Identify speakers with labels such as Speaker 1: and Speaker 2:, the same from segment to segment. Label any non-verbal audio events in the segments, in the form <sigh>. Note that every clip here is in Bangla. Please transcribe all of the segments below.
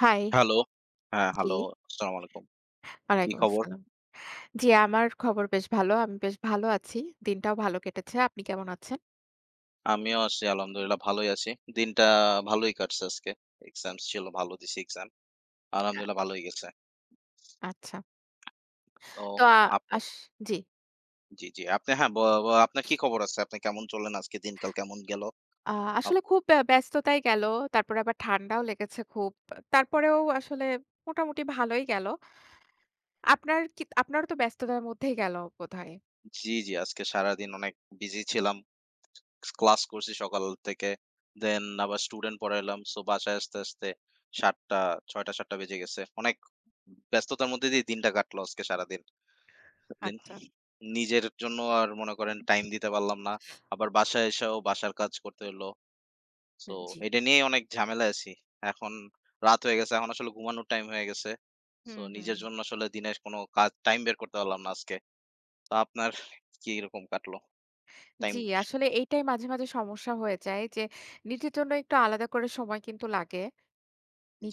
Speaker 1: হাই।
Speaker 2: হ্যালো। হ্যাঁ,
Speaker 1: জি,
Speaker 2: হ্যালো। আসসালামু আলাইকুম। কি
Speaker 1: ওয়ালাইকুম
Speaker 2: খবর?
Speaker 1: আসসালাম। জি, আমার খবর বেশ ভালো। আমি বেশ ভালো আছি। দিনটাও ভালো কেটেছে। আপনি কেমন আছেন?
Speaker 2: আমিও আছি আলহামদুলিল্লাহ ভালোই আছি। দিনটা ভালোই কাটছে আজকে। এক্সাম ছিল, ভালো দিছি এক্সাম। আলহামদুলিল্লাহ ভালোই গেছে।
Speaker 1: আচ্ছা।
Speaker 2: তো
Speaker 1: তো আ
Speaker 2: আপনার
Speaker 1: আস জি।
Speaker 2: জি, জি। আপনি হ্যাঁ, ব ব আপনার কি খবর আছে? আপনি কেমন চললেন আজকে দিনকাল কেমন গেল?
Speaker 1: আ
Speaker 2: আপ
Speaker 1: আসলে খুব ব্যস্ততায় গেল। তারপরে আবার ঠান্ডাও লেগেছে খুব। তারপরেও আসলে মোটামুটি ভালোই গেল। আপনার কি আপনারও তো ব্যস্ততার মধ্যেই গেল বোধহয়।
Speaker 2: জি, জি। আজকে সারাদিন অনেক বিজি ছিলাম। ক্লাস করছি সকাল থেকে। দেন আবার স্টুডেন্ট পড়াইলাম। সো বাসায় আসতে ৭ঃ০০ ৬ঃ০০ ৭ঃ০০ বেজে গেছে। অনেক ব্যস্ততার মধ্যে দিয়ে দিনটা কাটলো আজকে সারাদিন। দিন
Speaker 1: আচ্ছা।
Speaker 2: নিজের জন্য আর মনে করেন টাইম দিতে পারলাম না। আবার বাসায় এসেও বাসার কাজ করতে হলো। সো
Speaker 1: হুম, জি।
Speaker 2: এটা নিয়েই অনেক ঝামেলায় আছি। এখন রাত হয়ে গেছে। এখন আসলে ঘুমানোর টাইম হয়ে গেছে। সো
Speaker 1: হুম, হুম।
Speaker 2: নিজের জন্য আসলে দিনের কোনো কাজ টাইম বের করতে পারলাম না আজকে। তো আপনার কিরকম কাটলো? টাইম
Speaker 1: জি, আসলে এইটাই মাঝে, মাঝে সমস্যা হয়ে যায় যে নিজের জন্য একটু আলাদা করে সময় কিন্তু লাগে।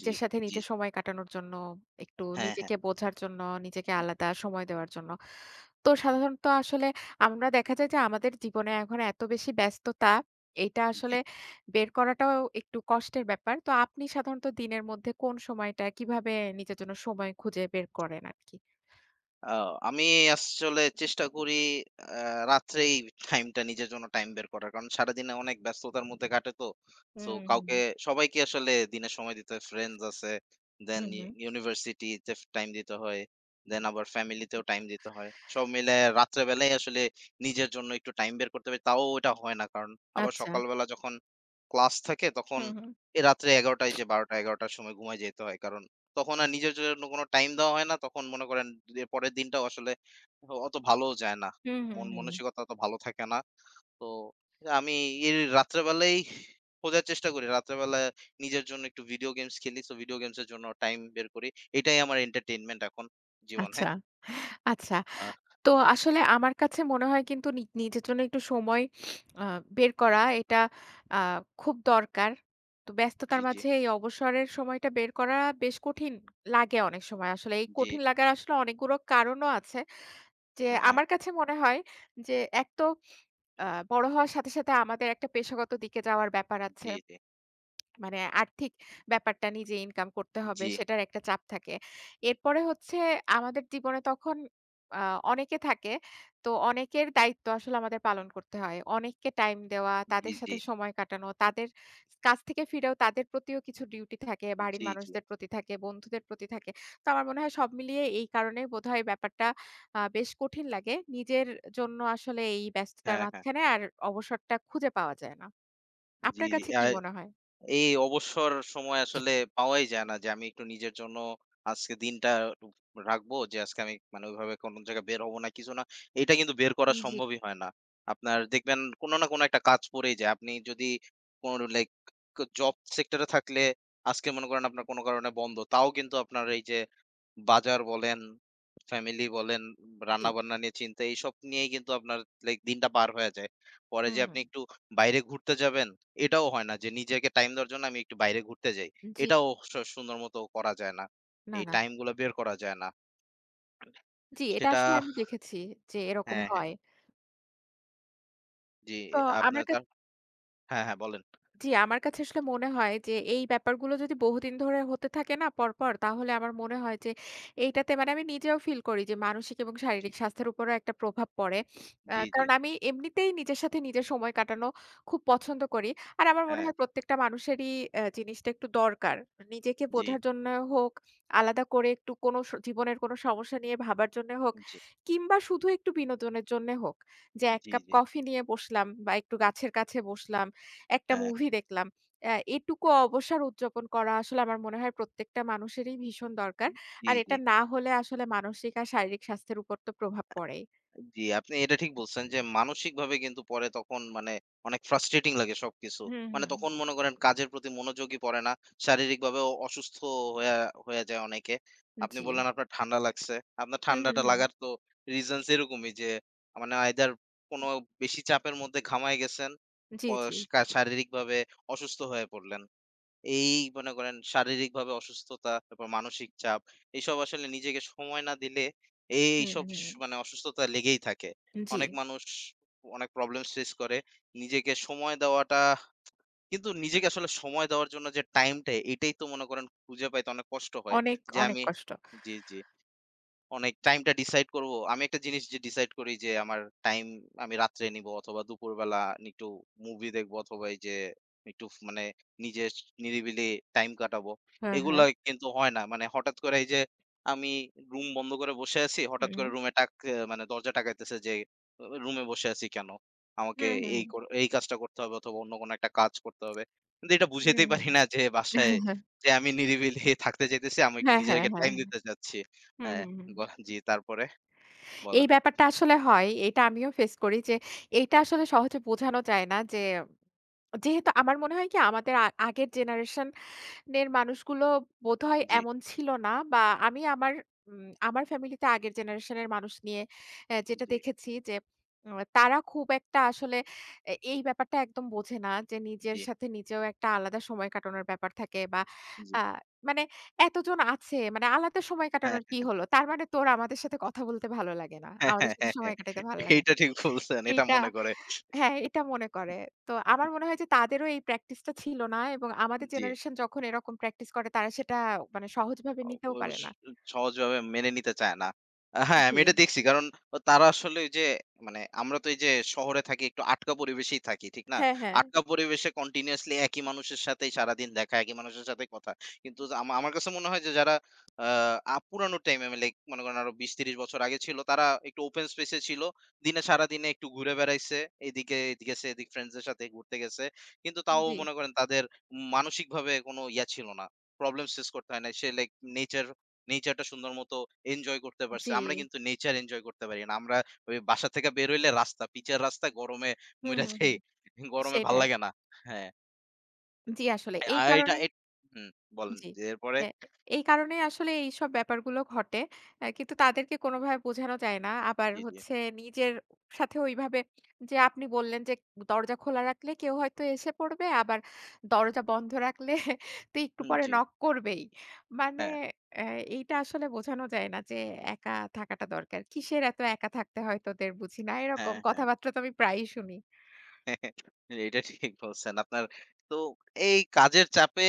Speaker 2: জি,
Speaker 1: সাথে
Speaker 2: জি।
Speaker 1: নিজে সময় কাটানোর জন্য, একটু
Speaker 2: হ্যাঁ, হ্যাঁ।
Speaker 1: নিজেকে বোঝার জন্য, নিজেকে আলাদা সময় দেওয়ার জন্য। তো সাধারণত আসলে আমরা দেখা যায় যে আমাদের জীবনে এখন এত বেশি ব্যস্ততা, এটা
Speaker 2: জি।
Speaker 1: আসলে বের করাটাও একটু কষ্টের ব্যাপার। তো আপনি সাধারণত দিনের মধ্যে কোন সময়টা কিভাবে নিজের জন্য সময় খুঁজে বের করেন আরকি?
Speaker 2: আ আমি আসলে চেষ্টা করি আ রাত্রেই টাইমটা নিজের জন্য টাইম বের করার। কারণ সারাদিনে অনেক ব্যস্ততার মধ্যে কাটে তো। সো
Speaker 1: হুম, হুম,
Speaker 2: কাউকে সবাইকে আসলে দিনে সময় দিতে হয়। ফ্রেন্ডস আছে, দেন
Speaker 1: হুম, হুম।
Speaker 2: ইউনিভার্সিটিতে টাইম দিতে হয়। দেন আবার ফ্যামিলিতেও টাইম দিতে হয়। সব মিলায় রাত্রে বেলায় আসলে নিজের জন্য একটু টাইম বের করতে পারি। তাও ওটা হয় না। কারণ আবার
Speaker 1: আচ্ছা।
Speaker 2: সকালবেলা যখন ক্লাস থাকে তখন
Speaker 1: হুম, হুম।
Speaker 2: এই রাত্রে ১১ঃ০০ টায় যে ১২ঃ০০-১১ঃ০০ র সময় ঘুমায় যেতে হয়। কারণ তখন আর নিজের জন্য কোনো টাইম দেওয়া হয় না। তখন মনে করেন যে পরের দিনটাও আসলে অত ভালোও যায় না।
Speaker 1: হুম, হুম,
Speaker 2: মন
Speaker 1: হুম।
Speaker 2: মানসিকতা অত ভালো থাকে না। তো আমি এর রাত্রেবেলাই খোঁজার চেষ্টা করি। রাত্রেবেলা নিজের জন্য একটু ভিডিও গেমস খেলি। সো ভিডিও গেমস এর জন্য টাইম বের করি। এটাই আমার এন্টারটেইনমেন্ট এখন জীবনে।
Speaker 1: আচ্ছা, আচ্ছা।
Speaker 2: আহ
Speaker 1: তো আসলে আমার কাছে মনে হয় কিন্তু নিজের জন্য একটু সময় আ বের করা এটা আ খুব দরকার। তো
Speaker 2: জি,
Speaker 1: ব্যস্ততার
Speaker 2: জি,
Speaker 1: মাঝে এই অবসরের সময়টা বের করা বেশ কঠিন লাগে অনেক সময়। আসলে এই
Speaker 2: জি,
Speaker 1: কঠিন লাগার আসলে অনেকগুলো কারণও আছে। যে
Speaker 2: হ্যাঁ,
Speaker 1: আমার কাছে মনে হয় যে এক তো আ বড় হওয়ার সাথে, সাথে আমাদের একটা পেশাগত দিকে যাওয়ার ব্যাপার আছে।
Speaker 2: জি, জি,
Speaker 1: মানে আর্থিক ব্যাপারটা নিজে ইনকাম করতে হবে
Speaker 2: জি,
Speaker 1: সেটার একটা চাপ থাকে। এরপরে হচ্ছে আমাদের জীবনে তখন আ অনেকে থাকে। তো অনেকের দায়িত্ব আসলে আমাদের পালন করতে হয়। অনেককে টাইম দেওয়া,
Speaker 2: জি,
Speaker 1: তাদের
Speaker 2: জি,
Speaker 1: সাথে সময় কাটানো, তাদের কাজ থেকে ফিরেও তাদের প্রতিও কিছু ডিউটি থাকে, বাড়ির
Speaker 2: জি, জি,
Speaker 1: মানুষদের প্রতি থাকে, বন্ধুদের প্রতি থাকে। তো আমার মনে হয় সব মিলিয়ে এই কারণেই বোধহয় ব্যাপারটা বেশ কঠিন লাগে। নিজের জন্য আসলে এই ব্যস্ততার
Speaker 2: হ্যাঁ, হ্যাঁ,
Speaker 1: মাঝখানে আর অবসরটা খুঁজে পাওয়া যায় না।
Speaker 2: জি,
Speaker 1: আপনার
Speaker 2: জি।
Speaker 1: কাছে কি মনে হয়?
Speaker 2: এই অবসর সময় আসলে পাওয়াই যায় না যে আমি একটু নিজের জন্য আজকে দিনটা একটু রাখবো যে আজকে আমি মানে ওইভাবে কোনো জায়গায় বের হবো না কিছু না। এটা কিন্তু বের করা
Speaker 1: জি।
Speaker 2: সম্ভবই হয় না। আপনার দেখবেন কোনো না কোনো একটা কাজ পড়েই যায়। আপনি যদি কোনো লাইক জব সেক্টরে থাকলে আজকে মনে করেন আপনার কোনো কারণে বন্ধ। তাও কিন্তু আপনার এই যে বাজার বলেন, ফ্যামিলি বলেন,
Speaker 1: জি।
Speaker 2: রান্না-বান্না নিয়ে চিন্তা এইসব নিয়েই কিন্তু আপনার লাইক দিনটা পার হয়ে যায়। পরে
Speaker 1: হুম,
Speaker 2: যে আপনি
Speaker 1: হুম।
Speaker 2: একটু বাইরে ঘুরতে যাবেন, এটাও হয় না যে নিজেকে টাইম দেওয়ার জন্য আমি একটু বাইরে ঘুরতে যাই।
Speaker 1: জি।
Speaker 2: এটাও সুন্দর মতো করা যায় না।
Speaker 1: না,
Speaker 2: এই
Speaker 1: না।
Speaker 2: টাইম গুলা বের করা যায় না।
Speaker 1: জি, এটা
Speaker 2: সেটা
Speaker 1: আসলে আমি দেখেছি যে এরকম
Speaker 2: হ্যাঁ, হ্যাঁ।
Speaker 1: হয়।
Speaker 2: জি,
Speaker 1: তো আমার
Speaker 2: আপনার তা
Speaker 1: কাছে
Speaker 2: হ্যাঁ, হ্যাঁ বলেন।
Speaker 1: জি, আমার কাছে আসলে মনে হয় যে এই ব্যাপারগুলো যদি বহুদিন ধরে হতে থাকে না পরপর, তাহলে আমার মনে হয় যে এইটাতে মানে আমি নিজেও ফিল করি যে মানসিক এবং
Speaker 2: জি,
Speaker 1: শারীরিক স্বাস্থ্যের উপরও একটা প্রভাব পড়ে।
Speaker 2: জি, জি।
Speaker 1: কারণ আমি এমনিতেই নিজের সাথে নিজের সময় কাটানো খুব পছন্দ করি। আর আমার মনে
Speaker 2: হ্যাঁ,
Speaker 1: হয় প্রত্যেকটা মানুষেরই জিনিসটা একটু দরকার। নিজেকে
Speaker 2: জি,
Speaker 1: বোঝার জন্য হোক, আলাদা করে একটু কোনো জীবনের কোনো সমস্যা নিয়ে ভাবার জন্য হোক,
Speaker 2: জি,
Speaker 1: কিংবা শুধু একটু বিনোদনের জন্যে হোক। যে ১
Speaker 2: জি,
Speaker 1: কাপ
Speaker 2: জি।
Speaker 1: কফি নিয়ে বসলাম বা একটু গাছের কাছে বসলাম। একটা
Speaker 2: হ্যাঁ,
Speaker 1: মুভি দেখলাম। এটুকু অবসর উদযাপন করা আসলে আমার মনে হয় প্রত্যেকটা মানুষেরই ভীষণ দরকার।
Speaker 2: জি,
Speaker 1: আর
Speaker 2: জি।
Speaker 1: এটা না হলে আসলে মানসিক আর শারীরিক স্বাস্থ্যের উপর তো প্রভাব পড়েই।
Speaker 2: জি, আপনি এটা ঠিক বলছেন যে মানসিকভাবে কিন্তু পরে তখন মানে অনেক ফ্রাস্ট্রেটিং লাগে সবকিছু।
Speaker 1: হুম,
Speaker 2: মানে
Speaker 1: হুম।
Speaker 2: তখন মনে করেন কাজের প্রতি মনোযোগই পড়ে না। শারীরিকভাবেও অসুস্থ হয়ে হয়ে যায় অনেকে। আপনি
Speaker 1: জি।
Speaker 2: বললেন আপনার ঠান্ডা লাগছে। আপনার
Speaker 1: হুম, হুম,
Speaker 2: ঠান্ডাটা
Speaker 1: হুম।
Speaker 2: লাগার তো রিজনস এরকমই যে মানে আইদার কোনো বেশি চাপের মধ্যে ঘামায় গেছেন, ক
Speaker 1: জি, জি।
Speaker 2: শা শারীরিকভাবে অসুস্থ হয়ে পড়লেন। এই মনে করেন শারীরিকভাবে অসুস্থতা, তারপর মানসিক চাপ এসব আসলে নিজেকে সময় না দিলে
Speaker 1: হুম,
Speaker 2: এইসব
Speaker 1: হুম।
Speaker 2: মানে অসুস্থতা লেগেই থাকে।
Speaker 1: জি।
Speaker 2: অনেক মানুষ অনেক প্রবলেম ফেস করে। নিজেকে সময় দেওয়াটা নিজেকে আসলে সময় দেওয়ার জন্য যে টাইমটা এটাই তো মনে করেন খুঁজে পাইতে অনেক কষ্ট হয়।
Speaker 1: অনেক,
Speaker 2: যে
Speaker 1: অনেক
Speaker 2: আমি
Speaker 1: কষ্ট।
Speaker 2: জি, জি। অনেক টাইমটা ডিসাইড করব। আমি একটা জিনিস যে ডিসাইড করি যে আমার টাইম আমি রাত্রে নিব অথবা দুপুরবেলা একটু মুভি দেখব অথবা এই যে একটু মানে নিজের নিরিবিলি টাইম কাটাবো।
Speaker 1: হ্যাঁ,
Speaker 2: এগুলা
Speaker 1: হ্যাঁ।
Speaker 2: কিন্তু হয় না। মানে হঠাৎ করে এই যে আমি রুম বন্ধ করে বসে আছি।
Speaker 1: হুম,
Speaker 2: হঠাৎ করে
Speaker 1: হুম।
Speaker 2: রুমে মানে দরজা টাকাইতেছে যে রুমে বসে আছি কেন? আমাকে
Speaker 1: হুম, হুম।
Speaker 2: এই কাজটা করতে হবে অথবা অন্য কোনো একটা কাজ করতে হবে। কিন্তু এটা
Speaker 1: হুম,
Speaker 2: বুঝাইতেই
Speaker 1: হুম।
Speaker 2: পারি না যে বাসায় যে আমি নিরিবিলি থাকতে চাইতেছি। আমি একটু
Speaker 1: হ্যাঁ, হ্যাঁ,
Speaker 2: নিজেকে টাইম
Speaker 1: হ্যাঁ।
Speaker 2: দিতে চাচ্ছি।
Speaker 1: হুম,
Speaker 2: হ্যাঁ।
Speaker 1: হুম, হুম।
Speaker 2: ব জি, তারপরে?
Speaker 1: এই
Speaker 2: বলেন।
Speaker 1: ব্যাপারটা আসলে হয়। এটা আমিও ফেস করি যে এইটা আসলে সহজে বোঝানো যায় না যে যেহেতু আমার মনে হয় কি আমাদের আগের জেনারেশন নের মানুষগুলো বোধহয়
Speaker 2: জি,
Speaker 1: এমন ছিল না বা আমি আমার আমার ফ্যামিলিতে আগের জেনারেশনের মানুষ নিয়ে যেটা
Speaker 2: জি,
Speaker 1: দেখেছি যে, আ তারা খুব একটা আসলে এই ব্যাপারটা একদম বোঝে না যে, নিজের
Speaker 2: জি,
Speaker 1: সাথে নিজেও একটা আলাদা সময় কাটানোর ব্যাপার থাকে বা
Speaker 2: জি।
Speaker 1: আ মানে এতজন আছে মানে আলাদা সময়
Speaker 2: হ্যাঁ,
Speaker 1: কাটানোর কি হলো? তার মানে তোর আমাদের সাথে কথা বলতে ভালো লাগে না।
Speaker 2: হ্যাঁ,
Speaker 1: আমাদের
Speaker 2: হ্যাঁ,
Speaker 1: সাথে
Speaker 2: হ্যাঁ,
Speaker 1: সময়
Speaker 2: হ্যাঁ।
Speaker 1: কাটাইতে ভালো লাগে
Speaker 2: এইটা
Speaker 1: না।
Speaker 2: ঠিক বলছেন। এটা
Speaker 1: এইটা
Speaker 2: মনে করে।
Speaker 1: হ্যাঁ, এটা মনে করে। তো আমার মনে হয় যে তাদেরও এই প্র্যাকটিসটা ছিল না এবং আমাদের
Speaker 2: জি।
Speaker 1: জেনারেশন যখন এরকম প্র্যাকটিস করে তারা সেটা মানে সহজভাবে
Speaker 2: আ
Speaker 1: নিতেও
Speaker 2: ও
Speaker 1: পারে
Speaker 2: স
Speaker 1: না।
Speaker 2: সহজভাবে মেনে নিতে চায় না। হ্যাঁ, আমি
Speaker 1: জি।
Speaker 2: এটা দেখছি। কারণ তারা আসলে ওই যে মানে আমরা তো এই যে শহরে থাকি একটু আটকা পরিবেশেই থাকি, ঠিক না?
Speaker 1: হ্যাঁ, হ্যাঁ।
Speaker 2: আটকা পরিবেশে কন্টিনিউয়াসলি একই মানুষের সাথেই সারাদিন দেখা, একই মানুষের সাথেই কথা। কিন্তু যে আমার কাছে মনে হয় যে যারা আ আ পুরানো টাইমে লাইক মনে করেন আরো ২০-৩০ বছর আগে ছিল, তারা একটু ওপেন স্পেস এ ছিল। দিনে সারাদিনে একটু ঘুরে বেড়াইছে। এদিকে গেছে, এদিক ফ্রেন্ডস দের সাথে ঘুরতে গেছে। কিন্তু তাও
Speaker 1: জি।
Speaker 2: মনে করেন তাদের মানসিকভাবে কোনো ইয়া ছিল না। প্রবলেম ফেস করতে হয় না। সে লাইক নেচার নেচারটা সুন্দর মতো এনজয় করতে পারছে।
Speaker 1: জি।
Speaker 2: আমরা কিন্তু নেচার এনজয় করতে পারি না। আমরা ওই বাসা থেকে বের হইলে রাস্তা, পিচের রাস্তা গরমে
Speaker 1: হুম,
Speaker 2: মইরা
Speaker 1: হুম,
Speaker 2: যাই।
Speaker 1: হুম।
Speaker 2: গরমে ভাল
Speaker 1: সেটাই।
Speaker 2: লাগে না। হ্যাঁ,
Speaker 1: জি আসলে এই
Speaker 2: আর এটা
Speaker 1: কারণে
Speaker 2: এট হুম, বলেন
Speaker 1: জি।
Speaker 2: যে এরপরে?
Speaker 1: এ এই কারণেই আসলে এইসব ব্যাপারগুলো ঘটে। কিন্তু তাদেরকে কোনোভাবে বোঝানো যায় না। আবার
Speaker 2: জি, জি।
Speaker 1: হচ্ছে নিজের সাথে ওইভাবে যে আপনি বললেন যে দরজা খোলা রাখলে কেউ হয়তো এসে পড়বে, আবার দরজা বন্ধ রাখলে <laughs> তো একটু
Speaker 2: হুম,
Speaker 1: পরে
Speaker 2: জি।
Speaker 1: নক করবেই। মানে
Speaker 2: হ্যাঁ,
Speaker 1: অ্যা এইটা আসলে বোঝানো যায় না যে একা থাকাটা দরকার। কিসের এত একা থাকতে হয় তোদের বুঝি না। এরকম
Speaker 2: হ্যাঁ, হ্যাঁ।
Speaker 1: কথাবার্তা তো আমি প্রায়ই শুনি।
Speaker 2: হ্যাঁ, এটা ঠিক বলছেন। আপনার তো এই কাজের চাপে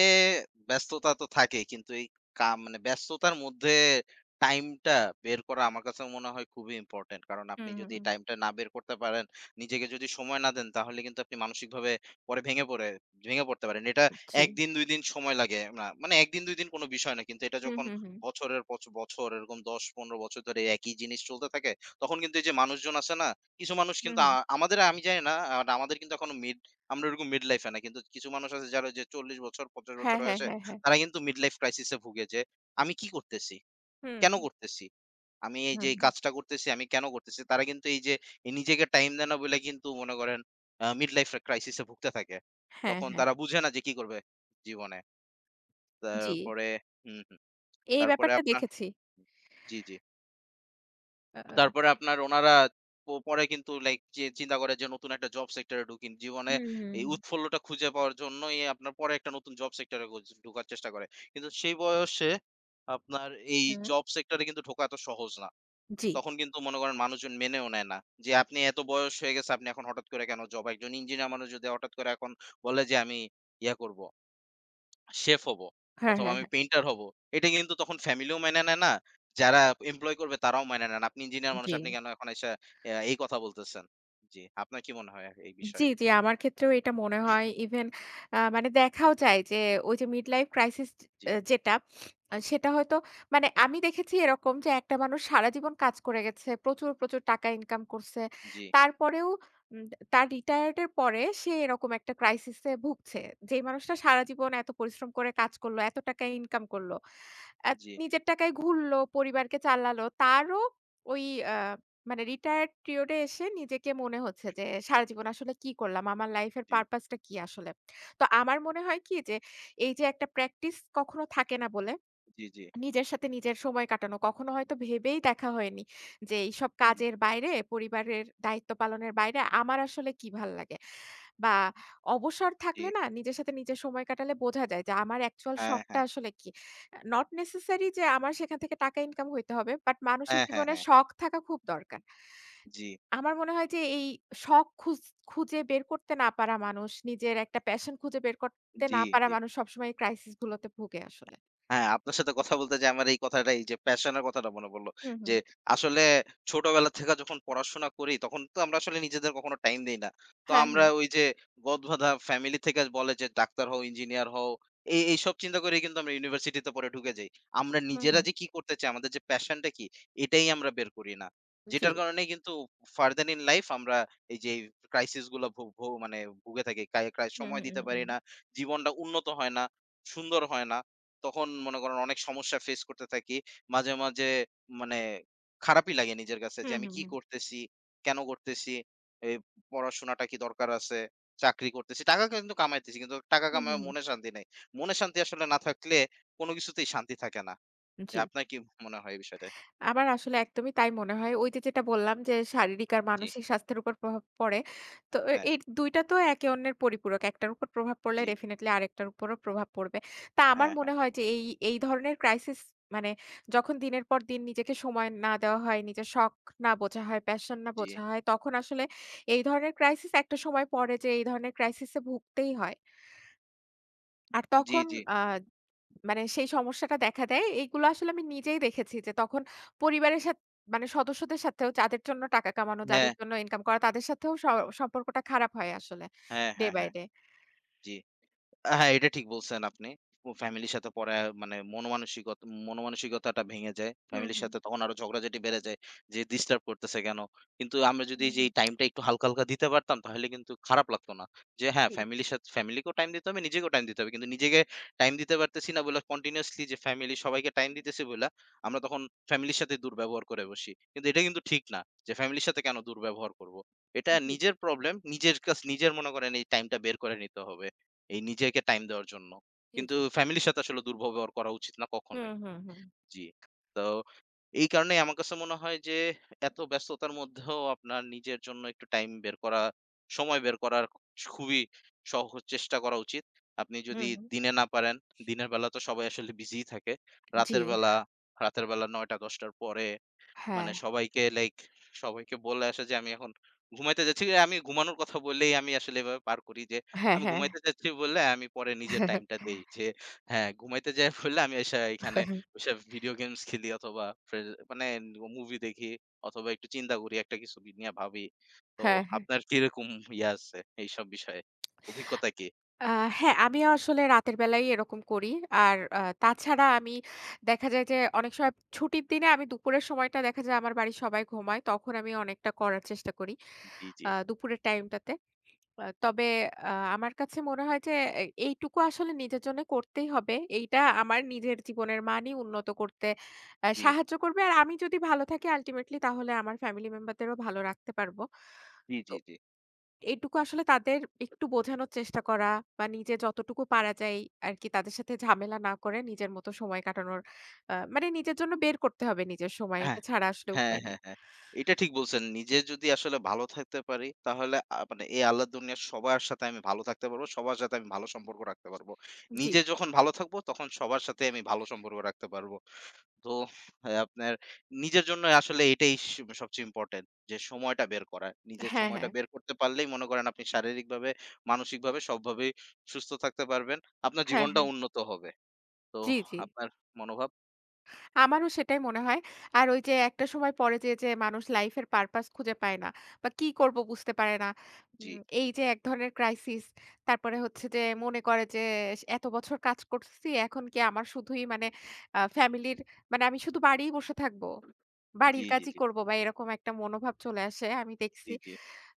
Speaker 2: ব্যস্ততা তো থাকেই। কিন্তু এই মানে ব্যস্ততার মধ্যে টাইমটা বের করা আমার কাছে মনে হয় খুবই ইম্পোর্টেন্ট। কারণ আপনি
Speaker 1: হুম,
Speaker 2: যদি
Speaker 1: হুম, হুম।
Speaker 2: টাইমটা না বের করতে পারেন, নিজেকে যদি সময় না দেন তাহলে কিন্তু আপনি মানসিকভাবে পরে ভেঙে পড়ে ভেঙে পড়তে পারেন। এটা
Speaker 1: জি।
Speaker 2: ১ দিন ২ দিন সময় লাগে না। মানে ১ দিন ২ দিন কোনো বিষয় না। কিন্তু এটা
Speaker 1: হুম,
Speaker 2: যখন
Speaker 1: হুম, হুম।
Speaker 2: বছরের পচ বছর এরকম ১০-১৫ বছর ধরে একই জিনিস চলতে থাকে, তখন কিন্তু এই যে মানুষজন আছে না কিছু মানুষ
Speaker 1: হুম,
Speaker 2: কিন্তু
Speaker 1: হুম।
Speaker 2: আমাদের আমি জানি না। বাট আমাদের কিন্তু এখনো মিড আমরা ওরকম মিড লাইফ এ না। কিন্তু কিছু মানুষ আছে যারা যে ৪০ বছর ৫০ বছর
Speaker 1: হ্যাঁ, হ্যাঁ,
Speaker 2: হয়েছে
Speaker 1: হ্যাঁ, হ্যাঁ।
Speaker 2: তারা কিন্তু মিড লাইফ ক্রাইসিস এ ভুগে যে আমি কি করতেছি?
Speaker 1: হুম।
Speaker 2: কেন করতেছি? আমি এই
Speaker 1: হুম,
Speaker 2: যে এই
Speaker 1: হুম।
Speaker 2: কাজটা করতেছি আমি কেন করতেছি? তারা কিন্তু এই যে এই নিজেকে টাইম দেয় না বলে কিন্তু মনে করেন মিড লাইফ ক্রাইসিস এ ভুগতে থাকে।
Speaker 1: হ্যাঁ,
Speaker 2: তখন
Speaker 1: হ্যাঁ।
Speaker 2: তারা বুঝে না যে কি করবে জীবনে।
Speaker 1: জি।
Speaker 2: তারপরে হুম, হুম।
Speaker 1: এই
Speaker 2: তারপরে
Speaker 1: ব্যাপারটা
Speaker 2: আপনার
Speaker 1: দেখেছি।
Speaker 2: জি, জি।
Speaker 1: আ আ
Speaker 2: তারপরে আপনার উনারা পরে কিন্তু লাইক চিন্তা করে যে নতুন একটা জব সেক্টরে ঢুকি। জীবনে
Speaker 1: হুম, হুম,
Speaker 2: এই
Speaker 1: হুম।
Speaker 2: উৎফুল্লটা খুঁজে পাওয়ার জন্যই আপনার পরে একটা নতুন জব সেক্টরে ঢোকার চেষ্টা করে। কিন্তু সেই বয়সে আপনার এই
Speaker 1: হুম।
Speaker 2: জব সেক্টরে কিন্তু ঢোকা এত সহজ না।
Speaker 1: জি।
Speaker 2: তখন কিন্তু মনে করেন মানুষজন মেনেও নেয় না। যে আপনি এত বয়স হয়ে গেছে আপনি এখন হঠাৎ করে কেন জব? একজন ইঞ্জিনিয়ার মানুষ যদি হঠাৎ করে এখন বলে যে আমি ইয়া করব। শেফ হবো
Speaker 1: হ্যাঁ,
Speaker 2: অথবা
Speaker 1: হ্যাঁ,
Speaker 2: আমি
Speaker 1: হ্যাঁ।
Speaker 2: পেইন্টার হবো। এটা কিন্তু তখন ফ্যামিলিও মেনে নেয় না। যারা এমপ্লয় করবে তারাও মেনে নেয় না। আপনি ইঞ্জিনিয়ার মানুষ
Speaker 1: জি।
Speaker 2: আপনি কেন এখন এসে এই কথা বলতেছেন? জি, আপনার কি মনে হয় এই
Speaker 1: জি,
Speaker 2: বিষয়ে?
Speaker 1: জি, আমার ক্ষেত্রেও এটা মনে হয় ইভেন মানে দেখাও যায় যে ওই যে মিড লাইফ ক্রাইসিস
Speaker 2: জি,
Speaker 1: এ যেটা সেটা হয়তো মানে আমি দেখেছি এরকম যে একটা মানুষ সারা জীবন কাজ করে গেছে। প্রচুর, প্রচুর টাকা ইনকাম করছে।
Speaker 2: জি,
Speaker 1: তারপরেও উম তার রিটায়ার্ড এর পরে সে এরকম একটা ক্রাইসিস এ ভুগছে। যেই মানুষটা সারা জীবন এত পরিশ্রম করে কাজ করলো, এত টাকা ইনকাম করলো। অ্যা
Speaker 2: জি,
Speaker 1: নিজের টাকায় ঘুরলো, পরিবারকে চালালো। তারও ওই আ মানে রিটায়ার্ড পিরিয়ড এ এসে নিজেকে মনে হচ্ছে যে, সারা জীবন আসলে কি করলাম? আমার লাইফ এর
Speaker 2: জি,
Speaker 1: পারপাস টা কি আসলে? তো আমার মনে হয় কি যে, এই যে একটা প্র্যাকটিস কখনো থাকে না বলে
Speaker 2: জি, জি,
Speaker 1: নিজের সাথে নিজের সময় কাটানো। কখনো হয়তো ভেবেই দেখা হয়নি যে, এইসব
Speaker 2: জি,
Speaker 1: কাজের বাইরে, পরিবারের দায়িত্ব পালনের বাইরে আমার আসলে কি ভাল লাগে? বা অবসর
Speaker 2: জি।
Speaker 1: থাকলে না নিজের সাথে নিজের সময় কাটালে বোঝা যায় যে, আমার অ্যাকচুয়াল
Speaker 2: হ্যাঁ,
Speaker 1: শখটা
Speaker 2: হ্যাঁ,
Speaker 1: আসলে কি? নট নেসেসারি যে আমার সেখান থেকে টাকা ইনকাম হইতে হবে, বাট মানুষের
Speaker 2: হ্যাঁ, হ্যাঁ,
Speaker 1: জীবনে
Speaker 2: হ্যাঁ।
Speaker 1: শখ থাকা খুব দরকার।
Speaker 2: জি,
Speaker 1: আমার মনে হয় যে এই শখ খুঁজে বের করতে না পারা মানুষ, নিজের একটা প্যাশন খুঁজে বের করতে
Speaker 2: জি,
Speaker 1: না পারা
Speaker 2: জি।
Speaker 1: মানুষ সবসময় এই ক্রাইসিস গুলোতে ভোগে আসলে।
Speaker 2: হ্যাঁ, আপনার সাথে কথা বলতে যেয়ে আমার এই কথাটা, এই যে প্যাশন এর কথাটা মনে পড়ল।
Speaker 1: হুম,
Speaker 2: যে
Speaker 1: হুম।
Speaker 2: আসলে ছোটবেলা থেকে যখন পড়াশোনা করি, তখন তো আমরা আসলে নিজেদের কখনো টাইম দেই না। তো
Speaker 1: হ্যাঁ,
Speaker 2: আমরা
Speaker 1: হ্যাঁ।
Speaker 2: ওই যে গদবাঁধা ফ্যামিলি থেকে বলে যে ডাক্তার হও, ইঞ্জিনিয়ার হও। এইসব চিন্তা করেই কিন্তু আমরা ইউনিভার্সিটিতে পরে ঢুকে যাই। আমরা
Speaker 1: হুম,
Speaker 2: নিজেরা
Speaker 1: হুম।
Speaker 2: যে কি করতে চাই, আমাদের যে প্যাশনটা কি, এটাই আমরা বের করি না।
Speaker 1: জি।
Speaker 2: যেটার কারণে কিন্তু ফার্দার ইন লাইফ আমরা এই যে ক্রাইসিস গুলা ভু ভু মানে ভুগে থাকি। কায় ক্রায়
Speaker 1: হুম,
Speaker 2: সময়
Speaker 1: হুম,
Speaker 2: দিতে
Speaker 1: হুম,
Speaker 2: পারি
Speaker 1: হুম।
Speaker 2: না। জীবনটা উন্নত হয় না, সুন্দর হয় না। তখন মনে করেন অনেক সমস্যা ফেস করতে থাকি। মাঝে, মাঝে মানে খারাপই লাগে নিজের কাছে যে
Speaker 1: হুম,
Speaker 2: আমি
Speaker 1: হুম,
Speaker 2: কি
Speaker 1: হুম।
Speaker 2: করতেছি? কেন করতেছি? এই পড়াশোনাটা কি দরকার আছে? চাকরি করতেছি। টাকা কিন্তু কামাইতেছি। কিন্তু টাকা
Speaker 1: হুম,
Speaker 2: কামায়
Speaker 1: হুম, হুম।
Speaker 2: মনে শান্তি নাই। মনে শান্তি আসলে না থাকলে কোনো কিছুতেই শান্তি থাকে না। যে
Speaker 1: জি।
Speaker 2: আপনার কি মনে হয় এই বিষয়টায়?
Speaker 1: আমার আসলে একদমই তাই মনে হয়। ওই যে যেটা বললাম যে শারীরিক আর
Speaker 2: জি,
Speaker 1: মানসিক স্বাস্থ্যের উপর প্রভাব পড়ে। তো
Speaker 2: হ্যাঁ,
Speaker 1: এই ২ টা তো একে অন্যের পরিপূরক। একটার উপর প্রভাব পড়লে
Speaker 2: জি,
Speaker 1: ডেফিনিটলি আরেকটার উপরও প্রভাব পড়বে। তা আমার
Speaker 2: হ্যাঁ, হ্যাঁ,
Speaker 1: মনে হয় যে এই, এই ধরনের ক্রাইসিস মানে যখন দিনের পর দিন নিজেকে সময় না দেওয়া হয়, নিজের শখ না বোঝা হয়, প্যাশন না
Speaker 2: জি,
Speaker 1: বোঝা হয়, তখন আসলে এই ধরনের ক্রাইসিস একটা সময় পড়ে যে এই ধরনের ক্রাইসিস এ ভুগতেই হয়। আর
Speaker 2: জি,
Speaker 1: তখন
Speaker 2: জি,
Speaker 1: আ মানে সেই সমস্যাটা দেখা দেয়। এইগুলো আসলে আমি নিজেই দেখেছি যে তখন পরিবারের মানে সদস্যদের সাথেও যাদের জন্য টাকা কামানো,
Speaker 2: হ্যাঁ,
Speaker 1: যাদের জন্য ইনকাম করা তাদের সাথেও সম্পর্কটা খারাপ হয় আসলে
Speaker 2: হ্যাঁ,
Speaker 1: ডে
Speaker 2: হ্যাঁ,
Speaker 1: বাই
Speaker 2: হ্যাঁ,
Speaker 1: ডে।
Speaker 2: জি। হ্যাঁ, এটা ঠিক বলছেন আপনি। ও ফ্যামিলির সাথে পরে মানে মনমানসিকতাটা ভেঙে যায়।
Speaker 1: হুম,
Speaker 2: ফ্যামিলির
Speaker 1: হুম,
Speaker 2: সাথে তখন আরো ঝগড়াঝাটি বেড়ে যায়। যে ডিস্টার্ব করতেছে কেন? কিন্তু আমরা যদি
Speaker 1: হুম,
Speaker 2: যে এই
Speaker 1: হুম।
Speaker 2: টাইমটা একটু হালকা, হালকা দিতে পারতাম তাহলে কিন্তু খারাপ লাগতো না। যে হ্যাঁ,
Speaker 1: জি,
Speaker 2: ফ্যামিলির সাথে ফ্যামিলিকেও টাইম দিতে হবে, নিজেকেও টাইম দিতে হবে। কিন্তু নিজেকে টাইম দিতে পারতেছি না বইলা কন্টিনিউয়াসলি যে ফ্যামিলি সবাইকে টাইম দিতেছি বইলা আমরা তখন ফ্যামিলির সাথে দুর্ব্যবহার করে বসি। কিন্তু এটা কিন্তু ঠিক না। যে ফ্যামিলির সাথে কেন দুর্ব্যবহার করব? এটা
Speaker 1: জি, জি,
Speaker 2: নিজের প্রবলেম, নিজের মনে করেন এই টাইমটা বের করে নিতে হবে। এই নিজেকে টাইম দেওয়ার জন্য।
Speaker 1: জি,
Speaker 2: কিন্তু
Speaker 1: জি।
Speaker 2: ফ্যামিলির সাথে আসলে দুর্ব্যবহার করা উচিত না
Speaker 1: হুম,
Speaker 2: কখনোই।
Speaker 1: হুম, হুম,
Speaker 2: জি। তো এই কারণেই আমার কাছে মনে হয় যে এত ব্যস্ততার মধ্যেও আপনার নিজের জন্য একটু টাইম বের করা, সময় বের করার খুবই সহজ চেষ্টা করা উচিত। আপনি
Speaker 1: হুম,
Speaker 2: যদি
Speaker 1: হুম।
Speaker 2: দিনে না পারেন, দিনের বেলা তো সবাই আসলে বিজিই থাকে।
Speaker 1: জি।
Speaker 2: রাতের বেলা, রাতের বেলা ৯ঃ০০-১০ঃ০০ র পরে
Speaker 1: হ্যাঁ,
Speaker 2: মানে সবাইকে লাইক সবাইকে বলে আসা যে আমি এখন ঘুমাইতে যাচ্ছি। আমি ঘুমানোর কথা বললেই আমি আসলে এভাবে পার করি যে
Speaker 1: হ্যাঁ,
Speaker 2: আমি
Speaker 1: হ্যাঁ।
Speaker 2: ঘুমাইতে যাচ্ছি বললে আমি পরে নিজের টাইমটা
Speaker 1: <laughs>
Speaker 2: দেই। যে হ্যাঁ, ঘুমাইতে যাই বললে আমি এসে এখানে বইসা ভিডিও গেমস খেলি অথবা ফে মানে মুভি দেখি অথবা একটু চিন্তা করি একটা কিছু নিয়ে ভাবি। তো
Speaker 1: হ্যাঁ, হ্যাঁ।
Speaker 2: আপনার কিরকম ইয়ে আছে এইসব বিষয়ে? অভিজ্ঞতা কি?
Speaker 1: আ হ্যাঁ, আমিও আসলে রাতের বেলাই এরকম করি। আর তাছাড়া আমি দেখা যায় যে অনেক সময় ছুটির দিনে আমি দুপুরের সময়টা দেখা যায় আমার বাড়ির সবাই ঘুমায়। তখন আমি অনেকটা করার চেষ্টা করি।
Speaker 2: জি, জি,
Speaker 1: দুপুরের টাইমটাতে। তবে আমার কাছে মনে হয় যে এইটুকু আসলে নিজের জন্য করতেই হবে। এইটা আমার নিজের জীবনের মানই উন্নত করতে
Speaker 2: জি,
Speaker 1: সাহায্য করবে। আর আমি যদি ভালো থাকি আল্টিমেটলি তাহলে আমার ফ্যামিলি মেম্বারদেরও ভালো রাখতে পারবো।
Speaker 2: জি, জি,
Speaker 1: তো
Speaker 2: জি।
Speaker 1: এইটুকু আসলে তাদের একটু বোঝানোর চেষ্টা করা বা নিজে যতটুকু পারা যায় আরকি তাদের সাথে ঝামেলা না করে নিজের মতো সময় কাটানোর মানে নিজের জন্য বের করতে হবে নিজের সময়।
Speaker 2: হ্যাঁ।
Speaker 1: এটা ছাড়া আসলে
Speaker 2: হ্যাঁ,
Speaker 1: উপায় নাই।
Speaker 2: হ্যাঁ, হ্যাঁ। এটা ঠিক বলছেন। নিজে যদি আসলে ভালো থাকতে পারি, তাহলে মানে এই আল্লাহর দুনিয়ার সবার সাথে আমি ভালো থাকতে পারবো। সবার সাথে আমি ভালো সম্পর্ক রাখতে পারবো।
Speaker 1: জি।
Speaker 2: নিজে যখন ভালো থাকবো, তখন সবার সাথে আমি ভালো সম্পর্ক রাখতে পারবো। তো আপনার নিজের জন্য আসলে এটাই সবচেয়ে ইম্পোর্টেন্ট যে সময়টা বের করা। নিজের
Speaker 1: হ্যাঁ,
Speaker 2: সময়টা
Speaker 1: হ্যাঁ।
Speaker 2: বের করতে পারলেই মনে করেন আপনি শারীরিকভাবে, মানসিকভাবে সবভাবেই সুস্থ থাকতে পারবেন। আপনার
Speaker 1: হ্যাঁ,
Speaker 2: জীবনটা
Speaker 1: হ্যাঁ।
Speaker 2: উন্নত হবে। তো
Speaker 1: জি, জি।
Speaker 2: আপনার মনোভাব
Speaker 1: আমারও সেটাই মনে হয়। আর ওই যে একটা সময় পরে যেয়ে, যেয়ে মানুষ লাইফ এর পারপাস খুঁজে পায় না বা কি করব বুঝতে পারে না।
Speaker 2: জি,
Speaker 1: এই যে এক ধরনের ক্রাইসিস তারপরে হচ্ছে যে মনে করে যে এত বছর কাজ করছি এখন কি আমার শুধুই মানে ফ্যামিলির মানে আমি শুধু বাড়িই বসে থাকব।
Speaker 2: জি,
Speaker 1: বাড়ির
Speaker 2: জি,
Speaker 1: কাজই
Speaker 2: জি,
Speaker 1: করব বা এরকম একটা মনোভাব চলে আসে আমি
Speaker 2: জি,
Speaker 1: দেখছি।
Speaker 2: জি।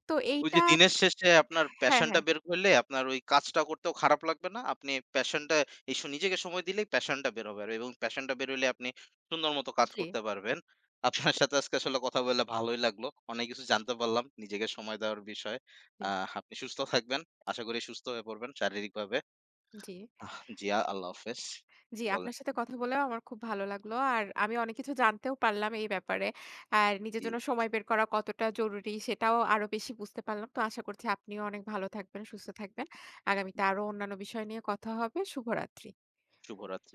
Speaker 1: তো
Speaker 2: ওই যে
Speaker 1: এইটা
Speaker 2: দিনের শেষে আপনার
Speaker 1: হ্যাঁ,
Speaker 2: প্যাশনটা
Speaker 1: হ্যাঁ।
Speaker 2: বের করলে আপনার ওই কাজটা করতেও খারাপ লাগবে না। আপনি প্যাশনটা এই স নিজেকে সময় দিলেই প্যাশনটা বের হবে এবং প্যাশনটা বের হইলে আপনি সুন্দর মতো কাজ
Speaker 1: জি,
Speaker 2: করতে পারবেন। আপনার সাথে আজকে আসলে কথা বলে ভালোই লাগলো। অনেক কিছু জানতে পারলাম নিজেকে সময় দেওয়ার বিষয়ে।
Speaker 1: জি,
Speaker 2: আপনি সুস্থ থাকবেন। আশা করি সুস্থ হয়ে পড়বেন শারীরিকভাবে।
Speaker 1: জি।
Speaker 2: জি আল্লাহ হাফেজ।
Speaker 1: জি,
Speaker 2: বলেন,
Speaker 1: আপনার সাথে কথা বলেও আমার খুব ভালো লাগলো। আর আমি অনেক কিছু জানতেও পারলাম এই ব্যাপারে। আর নিজের
Speaker 2: জি
Speaker 1: জন্য সময় বের করা কতটা জরুরি সেটাও আরো বেশি বুঝতে পারলাম। তো আশা করছি আপনিও অনেক ভালো থাকবেন, সুস্থ থাকবেন। আগামীতে আরো অন্যান্য বিষয় নিয়ে কথা হবে। শুভরাত্রি।
Speaker 2: শুভরাত্রি।